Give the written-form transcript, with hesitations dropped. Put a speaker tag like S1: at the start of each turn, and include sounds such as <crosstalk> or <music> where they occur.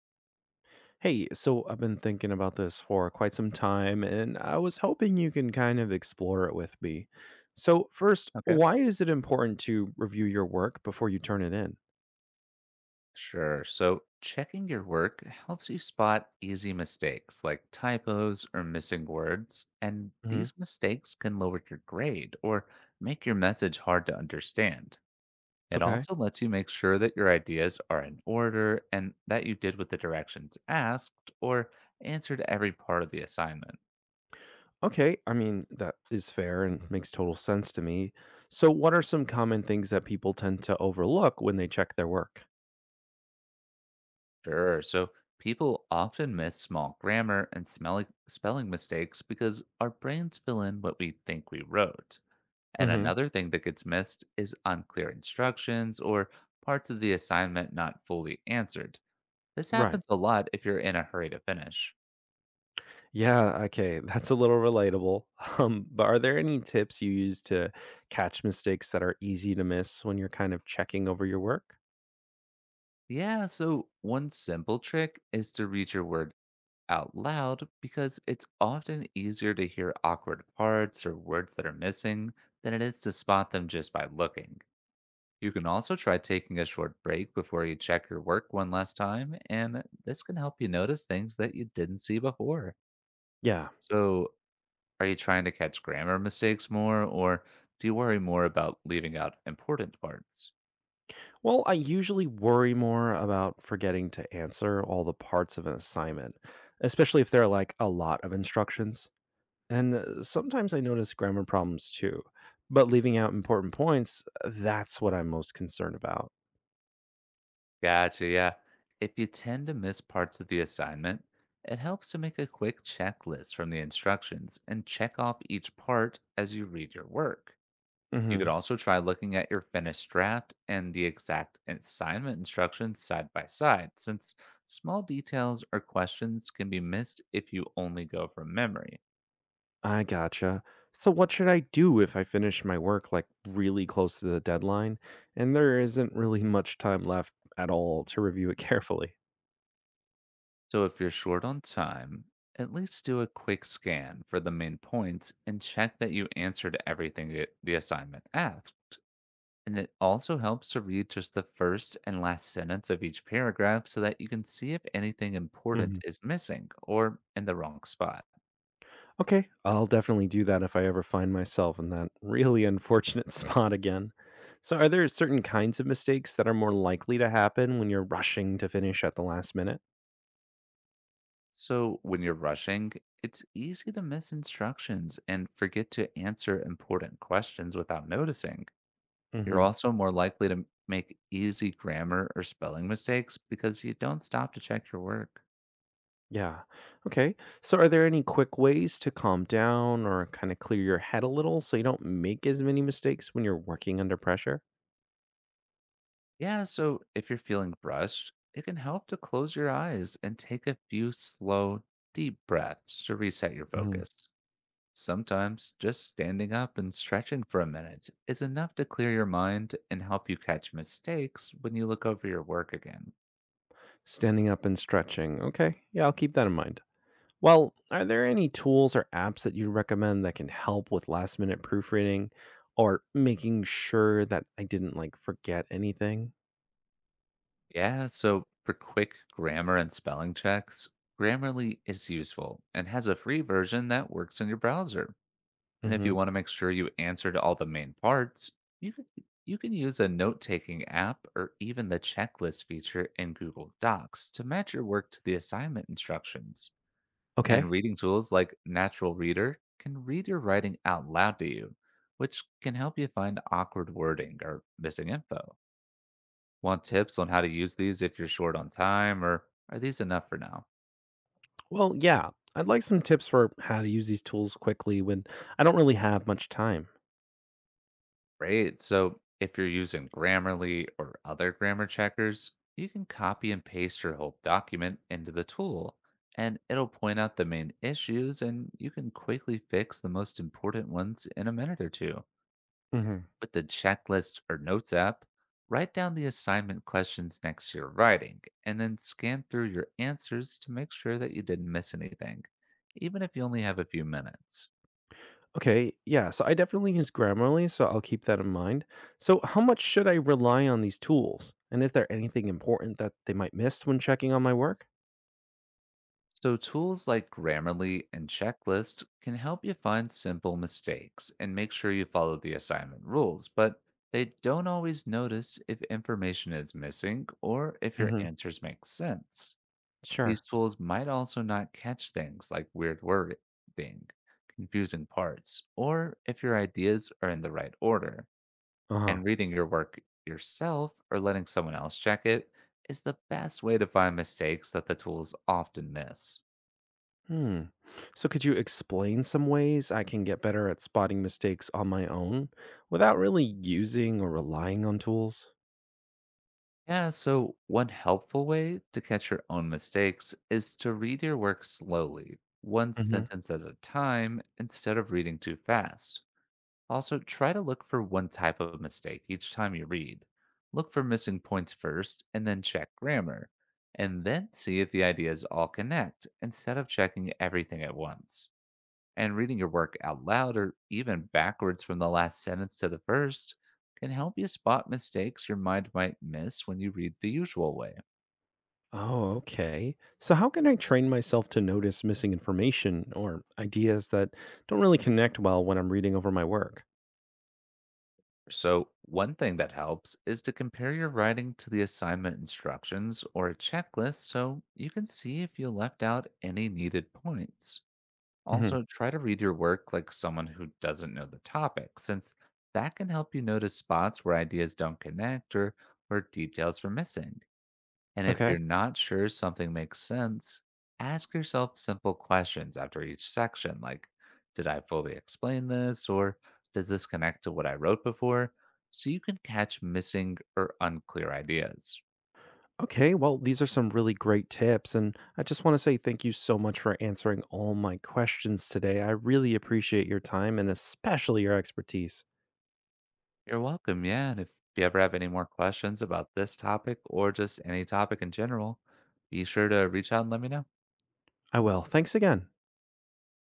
S1: Hey, so I've been thinking about this for quite some time, and I was hoping you can kind of explore it with me. So, first,
S2: Okay.
S1: why is it important to review your work before you turn it in?
S2: Sure. So checking your work helps you spot easy mistakes like typos or missing words, and
S1: Hmm.
S2: these mistakes can lower your grade or make your message hard to understand. It
S1: Okay.
S2: also lets you make sure that your ideas are in order and that you did what the directions asked or answered every part of the assignment.
S1: Okay, I mean, that is fair and makes total sense to me. So, what are some common things that people tend to overlook when they check their work?
S2: Sure. So people often miss small grammar and spelling mistakes because our brains fill in what we think we wrote. And
S1: Hmm.
S2: another thing that gets missed is unclear instructions or parts of the assignment not fully answered. This
S1: Right.
S2: happens a lot if you're in a hurry to finish.
S1: Yeah. Okay. That's a little relatable. <laughs> But are there any tips you use to catch mistakes that are easy to miss when you're kind of checking over your work?
S2: Yeah, so one simple trick is to read your word out loud because it's often easier to hear awkward parts or words that are missing than it is to spot them just by looking. You can also try taking a short break before you check your work one last time, and this can help you notice things that you didn't see before.
S1: Yeah.
S2: So, are you trying to catch grammar mistakes more, or do you worry more about leaving out important parts?
S1: Well, I usually worry more about forgetting to answer all the parts of an assignment, especially if there are like a lot of instructions. And sometimes I notice grammar problems too, but leaving out important points, that's what I'm most concerned about.
S2: Gotcha, yeah. If you tend to miss parts of the assignment, it helps to make a quick checklist from the instructions and check off each part as you read your work. You could
S1: Hmm.
S2: also try looking at your finished draft and the exact assignment instructions side by side, since small details or questions can be missed if you only go from memory.
S1: I gotcha. So, what should I do if I finish my work like really close to the deadline and there isn't really much time left at all to review it <laughs> carefully?
S2: So if you're short on time, at least do a quick scan for the main points and check that you answered the assignment asked. And it also helps to read just the first and last sentence of each paragraph so that you can see if anything important is missing or in the wrong spot.
S1: Okay, I'll definitely do that if I ever find myself in that really unfortunate <laughs> spot again. So, are there certain kinds of mistakes that are more likely to happen when you're rushing to finish at the last minute?
S2: So when you're rushing, it's easy to miss instructions and forget to answer important questions without noticing. You're
S1: Hmm.
S2: also more likely to make easy grammar or spelling mistakes because you don't stop to check your work.
S1: Yeah. Okay. So, are there any quick ways to calm down or kind of clear your head a little so you don't make as many mistakes when you're working under pressure?
S2: Yeah, so if you're feeling brushed, it can help to close your eyes and take a few slow, deep breaths to reset your
S1: Hmm.
S2: focus. Sometimes just standing up and stretching for a minute is enough to clear your mind and help you catch mistakes when you look over your work again.
S1: Standing up and stretching. Okay. Yeah, I'll keep that in mind. Well, are there any tools or apps that you recommend that can help with last minute proofreading or making sure that I didn't like forget anything?
S2: Yeah, so for quick grammar and spelling checks, Grammarly is useful and has a free version that works in your browser. And if
S1: Hmm.
S2: you want to make sure you answered all the main parts, you can you can use a note-taking app or even the checklist feature in Google Docs to match your work to the assignment instructions. And
S1: Okay.
S2: reading tools like Natural Reader can read your writing out loud to you, which can help you find awkward wording or missing info. Want tips on how to use these if you're short on time, or are these enough for now?
S1: Well, yeah, I'd like some tips for how to use these tools quickly when I don't really have much time.
S2: Great. So, if you're using Grammarly or other grammar checkers, you can copy and paste your whole document into the tool, and it'll point out the main issues, and you can quickly fix the most important ones in a minute or two.
S1: Hmm.
S2: With the checklist or notes app, write down the assignment questions next to your writing, and then scan through your answers to make sure that you didn't miss anything, even if you only have a few minutes.
S1: Okay. Yeah. So I definitely use Grammarly, so I'll keep that in mind. So, how much should I rely on these tools? And is there anything important that they might miss when checking on my work?
S2: So, tools like Grammarly and Checklist can help you find simple mistakes and make sure you follow the assignment rules, but they don't always notice if information is missing or if your
S1: Hmm.
S2: answers make sense. These
S1: Sure.
S2: tools might also not catch things like weird wording, confusing parts, or if your ideas are in the right order.
S1: Uh huh.
S2: And reading your work yourself or letting someone else check it is the best way to find mistakes that the tools often miss.
S1: Hmm. So, could you explain some ways I can get better at spotting mistakes on my own without really using or relying on tools?
S2: Yeah, so one helpful way to catch your own mistakes is to read your work slowly, one
S1: Hmm.
S2: sentence at a time, instead of reading too fast. Also, try to look for one type of mistake each time you read. Look for missing points first and then check grammar, and then see if the ideas all connect instead of checking everything at once. And reading your work out loud or even backwards from the last sentence to the first can help you spot mistakes your mind might miss when you read the usual way.
S1: Oh, okay. So, how can I train myself to notice missing information or ideas that don't really connect well when I'm reading over my work?
S2: So, one thing that helps is to compare your writing to the assignment instructions or a checklist so you can see if you left out any needed points.
S1: Hmm.
S2: Also, try to read your work like someone who doesn't know the topic, since that can help you notice spots where ideas don't connect or where details are missing. And if
S1: Okay.
S2: you're not sure something makes sense, ask yourself simple questions after each section, like, did I fully explain this? Or does this connect to what I wrote before? So you can catch missing or unclear ideas.
S1: Okay, well, these are some really great tips. And I just want to say thank you so much for answering all my questions today. I really appreciate your time and especially your expertise.
S2: You're welcome. Yeah. And if you ever have any more questions about this topic or just any topic in general, be sure to reach out and let me know.
S1: I will. Thanks again.